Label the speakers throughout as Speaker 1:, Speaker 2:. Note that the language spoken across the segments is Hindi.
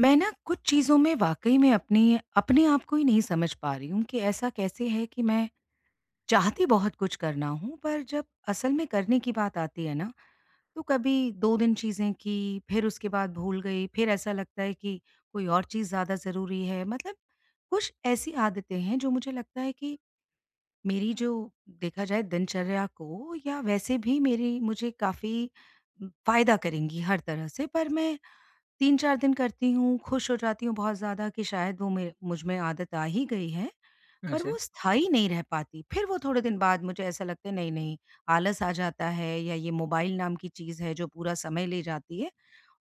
Speaker 1: मैं ना कुछ चीज़ों में वाक़ई में अपनी अपने आप को ही नहीं समझ पा रही हूँ कि ऐसा कैसे है कि मैं चाहती बहुत कुछ करना हूँ, पर जब असल में करने की बात आती है ना, तो कभी 2 दिन चीज़ें की, फिर उसके बाद भूल गई, फिर ऐसा लगता है कि कोई और चीज़ ज़्यादा ज़रूरी है। मतलब कुछ ऐसी आदतें हैं जो मुझे लगता है कि मेरी, जो देखा जाए दिनचर्या को, या वैसे भी मेरी मुझे काफ़ी फ़ायदा करेंगी हर तरह से, पर मैं 3-4 दिन करती हूँ, खुश हो जाती हूँ बहुत ज़्यादा कि शायद वो मे मुझ में आदत आ ही गई है, पर
Speaker 2: अच्छा।
Speaker 1: वो स्थायी नहीं रह पाती। फिर वो थोड़े दिन बाद मुझे ऐसा लगता है, नहीं, नहीं, आलस आ जाता है या ये मोबाइल नाम की चीज़ है जो पूरा समय ले जाती है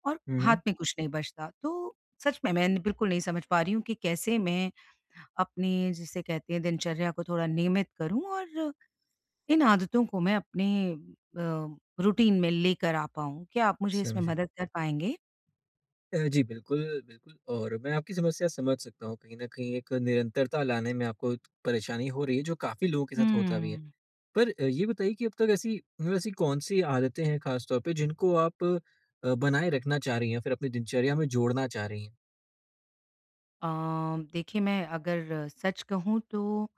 Speaker 1: और
Speaker 2: हुँ,
Speaker 1: हाथ
Speaker 2: हुँ।
Speaker 1: में कुछ नहीं बचता। तो सच में मैं बिल्कुल नहीं समझ पा रही हूँ कि कैसे मैं अपनी, जिसे कहते हैं, दिनचर्या को थोड़ा नियमित करूँ और इन आदतों को मैं अपने रूटीन में लेकर आ पाऊँ। क्या आप मुझे इसमें
Speaker 2: समझे।
Speaker 1: मदद कर पाएँगे?
Speaker 2: जी, बिल्कुल, बिल्कुल और मैं आपकी समस्या समझ सकता हूँ। कहीं न कहीं एक निरंतरता लाने में आपको परेशानी हो रही है, जो काफ़ी लोगों के साथ होता भी है।
Speaker 1: हुँ।
Speaker 2: पर ये बताइए कि अब तक ऐसी मतलब ऐसी कौन-सी आदतें हैं ख़ास तौर पे जिनको आप बनाए रखना चाह रही हैं, फिर अपनी दिनचर्या में जोड़ना चाह रही हैं?
Speaker 1: अ, देखिए, मैं अगर सच कहूँ तो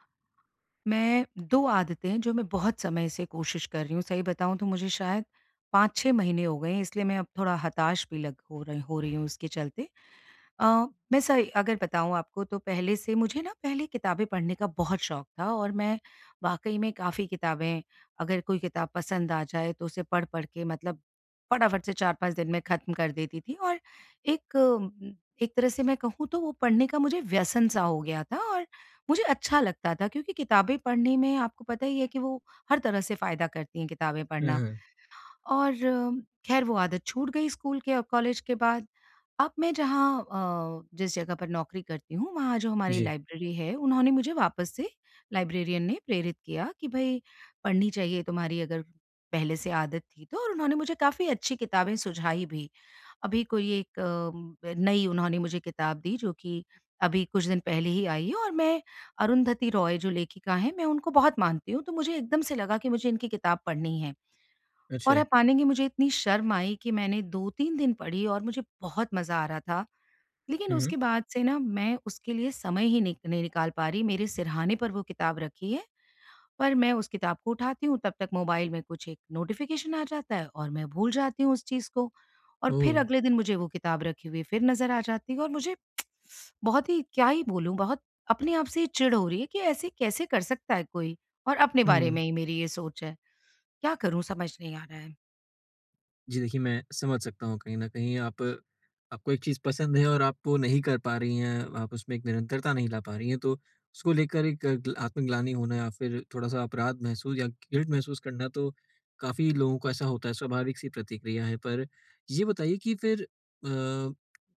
Speaker 1: मैं 2 आदतें हैं जो मैं बहुत समय से कोशिश कर रही हूँ। सही बताऊँ तो मुझे शायद 5-6 महीने हो गए हैं, इसलिए मैं अब थोड़ा हताश भी लग हो रही हूँ उसके चलते। अ, मैं सही अगर बताऊँ आपको तो पहले से मुझे, ना, पहले किताबें पढ़ने का बहुत शौक था और मैं वाक़ई में काफ़ी किताबें, अगर कोई किताब पसंद आ जाए तो उसे पढ़-पढ़ के, मतलब फटाफट से 4-5 दिन में ख़त्म कर देती थी। और एक उम, एक तरह से मैं कहूँ तो वो पढ़ने का मुझे व्यसन सा हो गया था, और मुझे अच्छा लगता था, क्योंकि किताबें पढ़ने में आपको पता ही है कि वो हर तरह से फ़ायदा करती हैं, किताबें
Speaker 2: हुँ,
Speaker 1: पढ़ना।
Speaker 2: हुँ।
Speaker 1: और ख़ैर, वो आदत छूट गई स्कूल के और कॉलेज के बाद। अब मैं जिस जगह पर नौकरी करती हूँ, वहाँ जो हमारी
Speaker 2: जी,
Speaker 1: लाइब्रेरी है, उन्होंने मुझे वापस से, लाइब्रेरियन ने, प्रेरित किया कि भई, पढ़नी चाहिए तुम्हारी, अगर पहले से आदत थी तो। और उन्होंने मुझे काफ़ी अच्छी किताबें सुझाई भी। अभी कोई एक नई उन्होंने मुझे किताब दी, जो कि अभी कुछ दिन पहले ही आई है, और मैं, अरुंधति रॉय जो लेखिका हैं, मैं उनको बहुत मानती हूँ, तो मुझे एकदम से लगा कि मुझे इनकी किताब पढ़नी है। और
Speaker 2: अच्छा।
Speaker 1: आप मानेंगे, मुझे इतनी शर्म आई कि मैंने 2-3 दिन पढ़ी और मुझे बहुत मज़ा आ रहा था, लेकिन
Speaker 2: हुँ, हुँ।
Speaker 1: उसके बाद से ना मैं उसके लिए समय ही निक नहीं निकाल पा रही। मेरे सिरहाने पर वो किताब रखी है, पर मैं उस किताब को उठाती हूँ, तब तक मोबाइल में कुछ एक नोटिफ़िकेशन आ जाता है और मैं भूल जाती हूँ उस चीज़ को। और
Speaker 2: ओह!
Speaker 1: फिर अगले दिन मुझे वो किताब रखी हुई फिर नज़र आ जाती है, और मुझे बहुत ही, क्या ही बोलूँ, बहुत अपने आप से ही चिढ़ हो रही है कि ऐसे कैसे कर सकता है कोई? और अपने बारे
Speaker 2: हुँ।
Speaker 1: में ही मेरी ये सोच है। क्या करूँ, समझ नहीं आ रहा है।
Speaker 2: जी देखिए, मैं समझ सकता हूँ कहीं न कहीं आप आपको एक चीज़ पसंद है और आप वो नहीं कर पा रही हैं, आप उसमें एक निरंतरता नहीं ला पा रही हैं, तो उसको लेकर एक ग्ल आत्मग्लानि होना या फिर थोड़ा-सा अपराध महसूस या गिल्ट महसूस करना तो काफ़ी लोगों को ऐसा होता है, स्वाभाविक सी प्रतिक्रिया है। पर ये बताइए कि फिर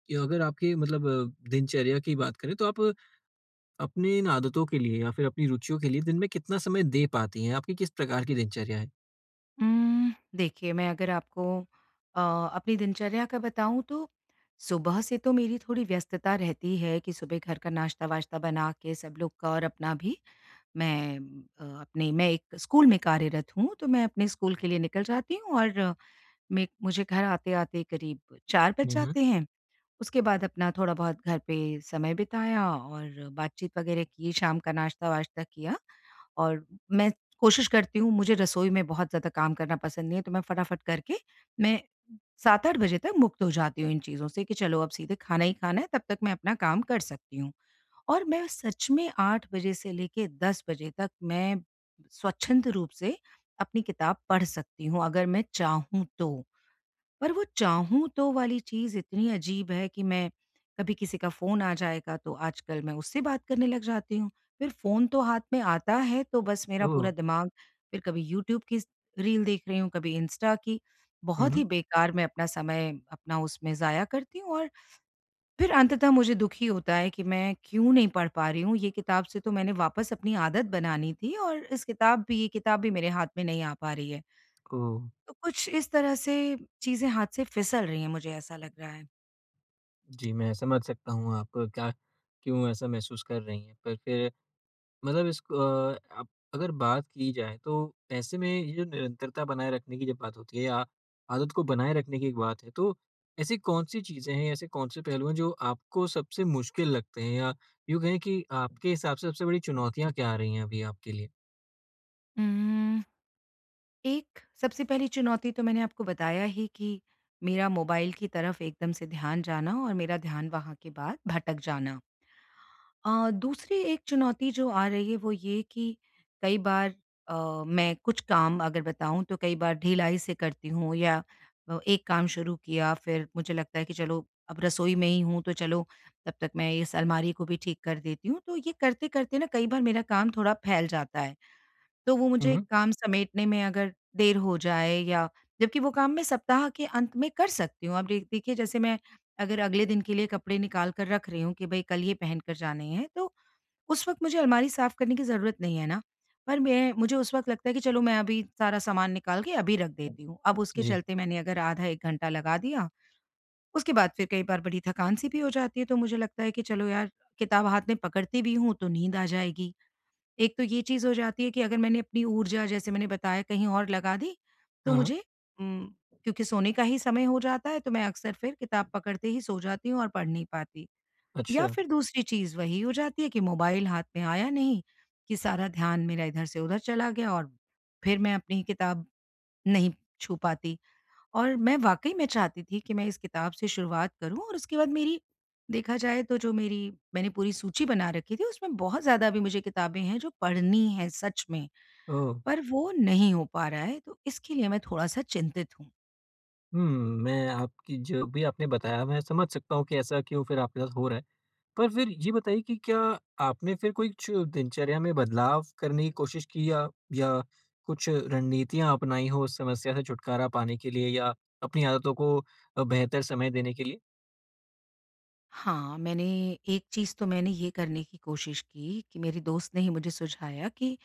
Speaker 2: कि अगर आपके मतलब दिनचर्या की बात करें तो आप अपनी इन आदतों के लिए या फिर अपनी रुचियों के लिए दिन में कितना समय दे पाती हैं? आपकी किस प्रकार की दिनचर्या है?
Speaker 1: देखिए, मैं अगर आपको अ, अपनी दिनचर्या का बताऊँ तो सुबह से तो मेरी थोड़ी व्यस्तता रहती है कि सुबह घर का नाश्ता-वाश्ता बना के, सब लोग का और अपना भी। मैं अ, अपने मैं एक स्कूल में कार्यरत हूँ, तो मैं अपने स्कूल के लिए निकल जाती हूँ और मैं मुझे घर आते-आते करीब 4 बज
Speaker 2: हुँ, हुँ।
Speaker 1: जाते हैं। उसके बाद अपना थोड़ा बहुत घर पे समय बिताया, और बातचीत वगैरह की, शाम का नाश्ता-वाश्ता किया। और मैं कोशिश करती हूँ, मुझे रसोई में बहुत ज़्यादा काम करना पसंद नहीं है, तो मैं फटाफट करके मैं 7-8 बजे तक मुक्त हो जाती हूँ इन चीज़ों से, कि चलो अब सीधे खाना ही खाना है, तब तक मैं अपना काम कर सकती हूँ। और मैं सच में 8 बजे से लेके 10 बजे तक मैं स्वच्छंद रूप से अपनी किताब पढ़ सकती हूँ, अगर मैं चाहूँ तो। पर वो चाहूँ तो वाली चीज़ इतनी अजीब है कि मैं कभी किसी का फ़ोन आ जाएगा तो आजकल मैं उससे बात करने लग जाती हूँ। फिर फ़ोन तो हाथ में आता है तो बस मेरा
Speaker 2: ओह!
Speaker 1: पूरा दिमाग, फिर कभी यूट्यूब की रील देख रही हूँ, कभी इंस्टा की।
Speaker 2: हुँ,
Speaker 1: बहुत ही
Speaker 2: हुँ।
Speaker 1: बेकार मैं अपना समय अपना उसमें ज़ाया करती हूँ, और फिर अंततः मुझे दुःख ही होता है कि मैं क्यों नहीं पढ़ पा रही हूँ। ये किताब से तो मैंने वापस अपनी आदत बनानी थी, और इस किताब भी ये किताब भी मेरे हाथ में नहीं आ पा रही है।
Speaker 2: ओह!
Speaker 1: तो कुछ इस तरह से चीज़ें हाथ से फिसल रही हैं, मुझे ऐसा लग रहा है।
Speaker 2: जी, मैं समझ सकता हूँ आप क्या क्यों ऐसा महसूस कर रही हैं। पर फिर मतलब इसको आप अगर बात की जाए तो ऐसे में ये जो निरंतरता बनाए रखने की जब बात होती है या आदत को बनाए रखने की एक बात है, तो ऐसी कौन-सी चीज़ें हैं, ऐसे कौन-से पहलू हैं जो आपको सबसे मुश्किल लगते हैं? या यूँ कहें कि आपके हिसाब से सबसे बड़ी चुनौतियाँ क्या आ रही हैं अभी आपके लिए?
Speaker 1: हुँ। एक सबसे पहली चुनौती तो मैंने आपको बताया ही, कि मेरा मोबाइल की तरफ एकदम से ध्यान जाना और मेरा ध्यान वहाँ के बाद भटक जाना। दूसरी एक चुनौती जो आ रही है, वो ये, कि कई बार अ, मैं कुछ काम अगर बताऊँ तो कई बार ढिलाई से करती हूँ, या एक काम शुरू किया, फिर मुझे लगता है कि चलो, अब रसोई में ही हूँ, तो चलो तब तक मैं इस अलमारी को भी ठीक कर देती हूँ। तो ये करते करते ना कई बार मेरा काम थोड़ा फैल जाता है। तो वो मुझे
Speaker 2: हुँ,
Speaker 1: काम समेटने में अगर देर हो जाए, या जबकि वो काम मैं सप्ताह के अंत में कर सकती हूँ। अब दे देखिए, जैसे मैं अगर अगले दिन के लिए कपड़े निकाल कर रख रही हूँ कि भई, कल ये पहन कर जाने हैं, तो उस वक़्त मुझे अलमारी साफ़ करने की ज़रूरत नहीं है ना, पर मैं मुझे उस वक़्त लगता है कि चलो, मैं अभी सारा सामान निकाल के अभी रख
Speaker 2: हुँ।
Speaker 1: देती हूँ। अब उसके
Speaker 2: जी।
Speaker 1: चलते मैंने अगर आधा 1 घंटा लगा दिया, उसके बाद फिर कई बार बड़ी थकान-सी भी हो जाती है, तो मुझे लगता है कि चलो यार, किताब हाथ में पकड़ती भी हूँ तो नींद आ जाएगी। एक तो ये चीज़ हो जाती है कि अगर मैंने अपनी ऊर्जा, जैसे मैंने बताया, कहीं और लगा दी, तो
Speaker 2: हाँ, हाँ।
Speaker 1: मुझे उम, क्योंकि सोने का ही समय हो जाता है, तो मैं अक्सर फिर किताब पकड़ते ही सो जाती हूँ और पढ़ नहीं पाती। या
Speaker 2: अच्छा।
Speaker 1: फिर दूसरी चीज़ वही हो जाती है कि मोबाइल हाथ में आया नहीं, कि सारा ध्यान मेरा इधर से उधर चला गया और फिर मैं अपनी किताब नहीं छू पाती। और मैं वाक़ई में चाहती थी कि मैं इस किताब से शुरुआत करूँ, और उसके बाद मेरी, देखा जाए तो, जो मेरी मैंने पूरी सूची बना रखी थी उसमें बहुत ज़्यादा अभी मुझे किताबें हैं जो पढ़नी है सच में,
Speaker 2: ओह!
Speaker 1: पर वो नहीं हो पा रहा है, तो इसके लिए मैं थोड़ा-सा चिंतित हूँ।
Speaker 2: हुँ, मैं आपकी जो भी आपने बताया मैं समझ सकता हूँ कि ऐसा क्यों फिर आपके साथ हो रहा है। पर फिर ये बताइए कि क्या आपने फिर कोई कुछ दिनचर्या में बदलाव करने की कोशिश की या या कुछ रणनीतियाँ अपनाई हो उस समस्या से छुटकारा पाने के लिए या अपनी आदतों को बेहतर समय देने के लिए?
Speaker 1: हाँ, मैंने एक चीज़ तो मैंने ये करने की कोशिश की, कि मेरी दोस्त ने ही मुझे सुझाया कि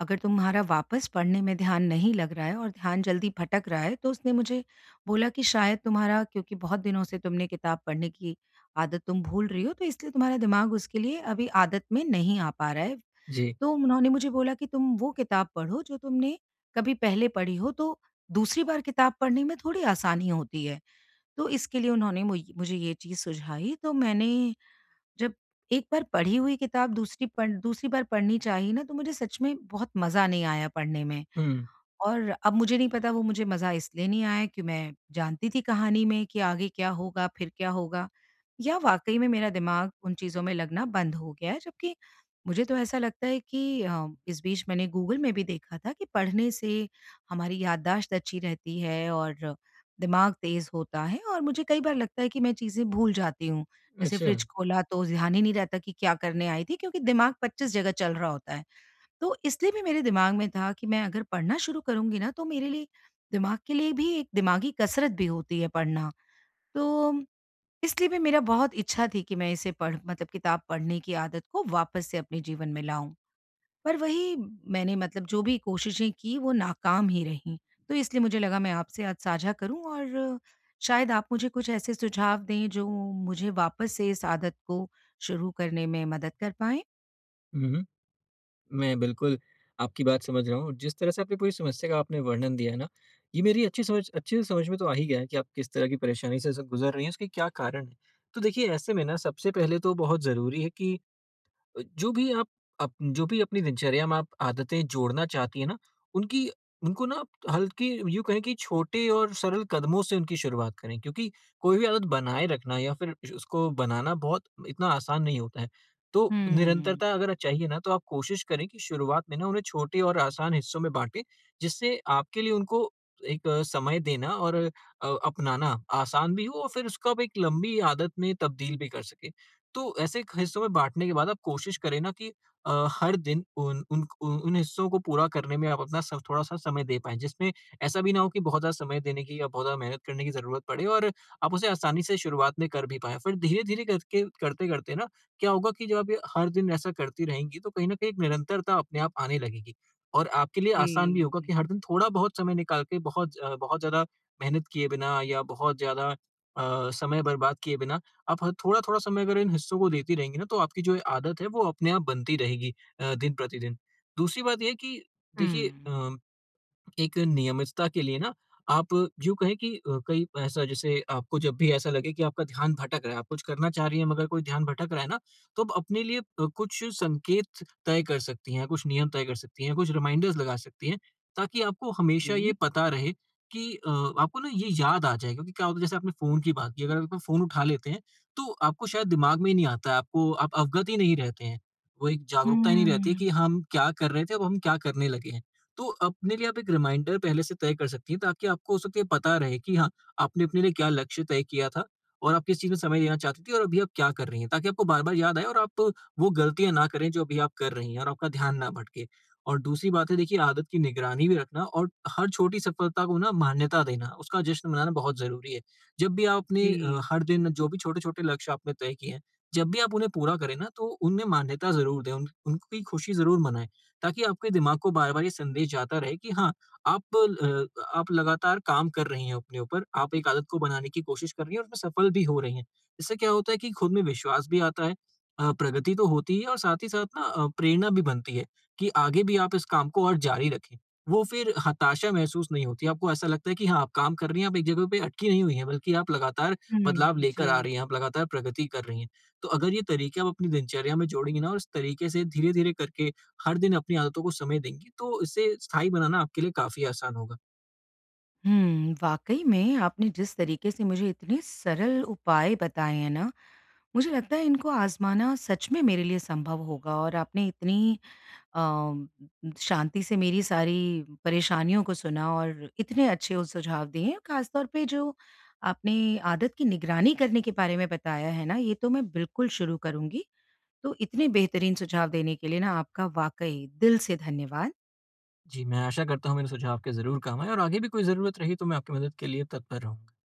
Speaker 1: अगर तुम्हारा वापस पढ़ने में ध्यान नहीं लग रहा है और ध्यान जल्दी भटक रहा है, तो उसने मुझे बोला कि शायद तुम्हारा, क्योंकि बहुत दिनों से तुमने किताब पढ़ने की आदत तुम भूल रही हो, तो इसलिए तुम्हारा दिमाग उसके लिए अभी आदत में नहीं आ पा रहा है।
Speaker 2: जी।
Speaker 1: तो उन्होंने मुझे बोला कि तुम वो किताब पढ़ो जो तुमने कभी पहले पढ़ी हो, तो दूसरी बार किताब पढ़ने में थोड़ी आसानी होती है। तो इसके लिए उन्होंने मुझे ये चीज़ सुझाई, तो मैंने, जब एक बार पढ़ी हुई किताब दूसरी बार पढ़नी चाहिए ना, तो मुझे सच में बहुत मज़ा नहीं आया पढ़ने में।
Speaker 2: हुँ,
Speaker 1: और अब मुझे नहीं पता, वो मुझे मज़ा इसलिए नहीं आया कि मैं जानती थी कहानी में कि आगे क्या होगा, फिर क्या होगा, या वाक़ई में मेरा दिमाग उन चीज़ों में लगना बंद हो गया है। जबकि मुझे तो ऐसा लगता है कि इस बीच मैंने गूगल में भी देखा था कि पढ़ने से हमारी याददाश्त अच्छी रहती है और दिमाग तेज़ होता है, और मुझे कई बार लगता है कि मैं चीज़ें भूल जाती हूँ। जैसे
Speaker 2: अच्छा।
Speaker 1: फ्रिज खोला तो ध्यान ही नहीं रहता कि क्या करने आई थी, क्योंकि दिमाग 25 जगह चल रहा होता है। तो इसलिए भी मेरे दिमाग में था कि मैं अगर पढ़ना शुरू करूँगी ना, तो मेरे लिए, दिमाग के लिए भी एक दिमागी कसरत भी होती है पढ़ना। तो इसलिए भी मेरा बहुत इच्छा थी कि मैं इसे पढ़ मतलब किताब पढ़ने की आदत को वापस से अपने जीवन में लाऊँ। पर वही, मैंने, मतलब जो भी कोशिशें की वो नाकाम ही रहीं। तो इसलिए मुझे लगा मैं आपसे आज साझा करूँ, और शायद आप मुझे कुछ ऐसे सुझाव दें जो मुझे वापस से इस आदत को शुरू करने में मदद कर पाएँ।
Speaker 2: हुँ, हुँ। मैं बिल्कुल आपकी बात समझ रहा हूँ। जिस तरह से आपने पूरी समस्या का आपने वर्णन दिया है ना, ये मेरी अच्छी समझ अच्छे से समझ में तो आ ही गया है कि आप किस तरह की परेशानी से स गुज़र रही हैं, उसके क्या कारण हैं। तो देखिए ऐसे में ना सबसे पहले तो बहुत ज़रूरी है कि अ, जो भी आप जो भी अपनी दिनचर्या में आप आदतें जोड़ना चाहती हैं ना, उनकी उनको ना आप हल्की यूँ कहें कि छोटे और सरल कदमों से उनकी शुरुआत करें, क्योंकि कोई भी आदत बनाए रखना या फिर उसको बनाना बहुत इतना आसान नहीं होता है। तो
Speaker 1: हुँ,
Speaker 2: निरंतरता अगर चाहिए ना तो आप कोशिश करें कि शुरुआत में ना उन्हें छोटे और आसान हिस्सों में बाँटें, जिससे आपके लिए उनको एक समय देना और अपनाना आसान भी हो और फिर उसको आप एक लंबी आदत में तब्दील भी कर सकें। तो ऐसे क हिस्सों में बाँटने के बाद आप कोशिश करें ना कि हर दिन उन उन उन उन हिस्सों को पूरा करने में आप अपना स थोड़ा-सा समय दे पाएँ, जिसमें ऐसा भी ना हो कि बहुत ज़्यादा समय देने की या बहुत ज़्यादा मेहनत करने की ज़रूरत पड़े, और आप उसे आसानी से शुरुआत में कर भी पाएँ। फिर धीरे-धीरे करके करते-करते ना क्या होगा कि जब आप ये हर दिन ऐसा करती रहेंगी, तो कहीं न कहीं एक निरंतरता अपने आप आने लगेगी और आपके लिए आसान भी होगा
Speaker 1: जी।
Speaker 2: कि हर दिन थोड़ा-बहुत समय निकाल के बहुत ज़्यादा मेहनत किए बिना या बहुत ज़्यादा समय बर्बाद किए बिना आप थोड़ा-थोड़ा समय अगर इन हिस्सों को देती रहेंगी ना, तो आपकी जो ये आदत है, वो अपने आप बनती रहेगी दिन प्रतिदिन। दूसरी बात ये है कि देखिए
Speaker 1: हुँ,
Speaker 2: एक नियमितता के लिए ना आप यूँ कहें कि कई ऐसा जैसे आपको जब भी ऐसा लगे कि आपका ध्यान भटक रहा है, आप कुछ करना चाह रही हैं मगर कोई ध्यान भटक रहा है ना, तो आप अपने लिए कुछ संकेत तय कर सकती हैं, कुछ नियम तय कर सकती हैं, कुछ रिमाइंडर्स लगा सकती हैं, ताकि आपको हमेशा
Speaker 1: जी।
Speaker 2: ये पता रहे कि आपको ना ये याद आ जाए, क्योंकि क्या होता है जैसे आपने फ़ोन की बात की, अगर आप अपना फ़ोन उठा लेते हैं, तो आपको शायद दिमाग में ही नहीं आता है, आपको आप अवगत ही नहीं रहते हैं। वो एक जागरूकता ही नहीं रहती है
Speaker 1: हुँ।
Speaker 2: कि हम क्या कर रहे थे, अब हम क्या करने लगे हैं। तो अपने लिए आप एक रिमाइंडर पहले से तय कर सकती हैं, ताकि आपको हो सकता है पता रहे कि हाँ, आपने अपने लिए क्या लक्ष्य तय किया था और आप किस चीज़ में समय देना चाहती थी और अभी आप क्या कर रही हैं। ताकि आपको बार-बार याद आए और आप वो गलतियाँ ना करें जो अभी आप कर रही हैं और आपका ध्यान ना भटके। और दूसरी बात है, देखिए आदत की निगरानी भी रखना और हर छोटी सफलता को ना मान्यता देना, उसका जश्न मनाना बहुत ज़रूरी है। जब भी आप अपने
Speaker 1: जी।
Speaker 2: हर दिन जो भी छोटे-छोटे लक्ष्य आपने तय किए हैं, जब भी आप उन्हें पूरा करें ना तो उन्हें मान्यता ज़रूर दें, उन उनकी खुशी ज़रूर मनाएँ। ताकि आपके दिमाग को बार-बार ये संदेश जाता रहे कि हाँ, आप लगातार काम कर रही हैं अपने ऊपर, आप एक आदत को बनाने की कोशिश कर रही हैं और उसमें सफल भी हो रही हैं। इससे क्या होता है कि खुद में विश्वास भी आता है, प्रगति तो होती है और साथ ही साथ ना प्रेरणा भी बनती है कि आगे भी आप इस काम को और जारी रखें। वो फिर हताशा महसूस नहीं होती, आपको ऐसा लगता है कि हाँ, आप काम कर रही हैं, आप एक जगह पे अटकी नहीं हुई हैं, बल्कि आप लगातार
Speaker 1: हुँ,
Speaker 2: बदलाव लेकर आ
Speaker 1: जी।
Speaker 2: रही हैं, आप लगातार प्रगति कर रही हैं। तो अगर ये तरीके आप अपनी दिनचर्या में जोड़ेंगी ना और इस तरीके से धीरे-धीरे करके हर दिन अपनी आदतों को समय देंगी, तो इसे स्थायी बनाना आपके लिए काफी आसान होगा।
Speaker 1: हुँ, वाक़ई में आपने जिस तरीके से मुझे इतने सरल उपाय बताए हैं ना, मुझे लगता है इनको आज़माना सच में मेरे लिए संभव होगा। और आपने इतनी अ, शांति से मेरी सारी परेशानियों को सुना और इतने अच्छे उस सुझाव दिए हैं। ख़ास तौर पे जो आपने आदत की निगरानी करने के बारे में बताया है ना, ये तो मैं बिल्कुल शुरू करूँगी। तो इतने बेहतरीन सुझाव देने के लिए ना, आपका वाक़ई दिल से धन्यवाद।
Speaker 2: जी, मैं आशा करता हूँ मेरे सुझाव के जरूर काम आए, और आगे भी कोई जरूरत रही तो मैं आपकी मदद के लिए तत्पर रहूंगा।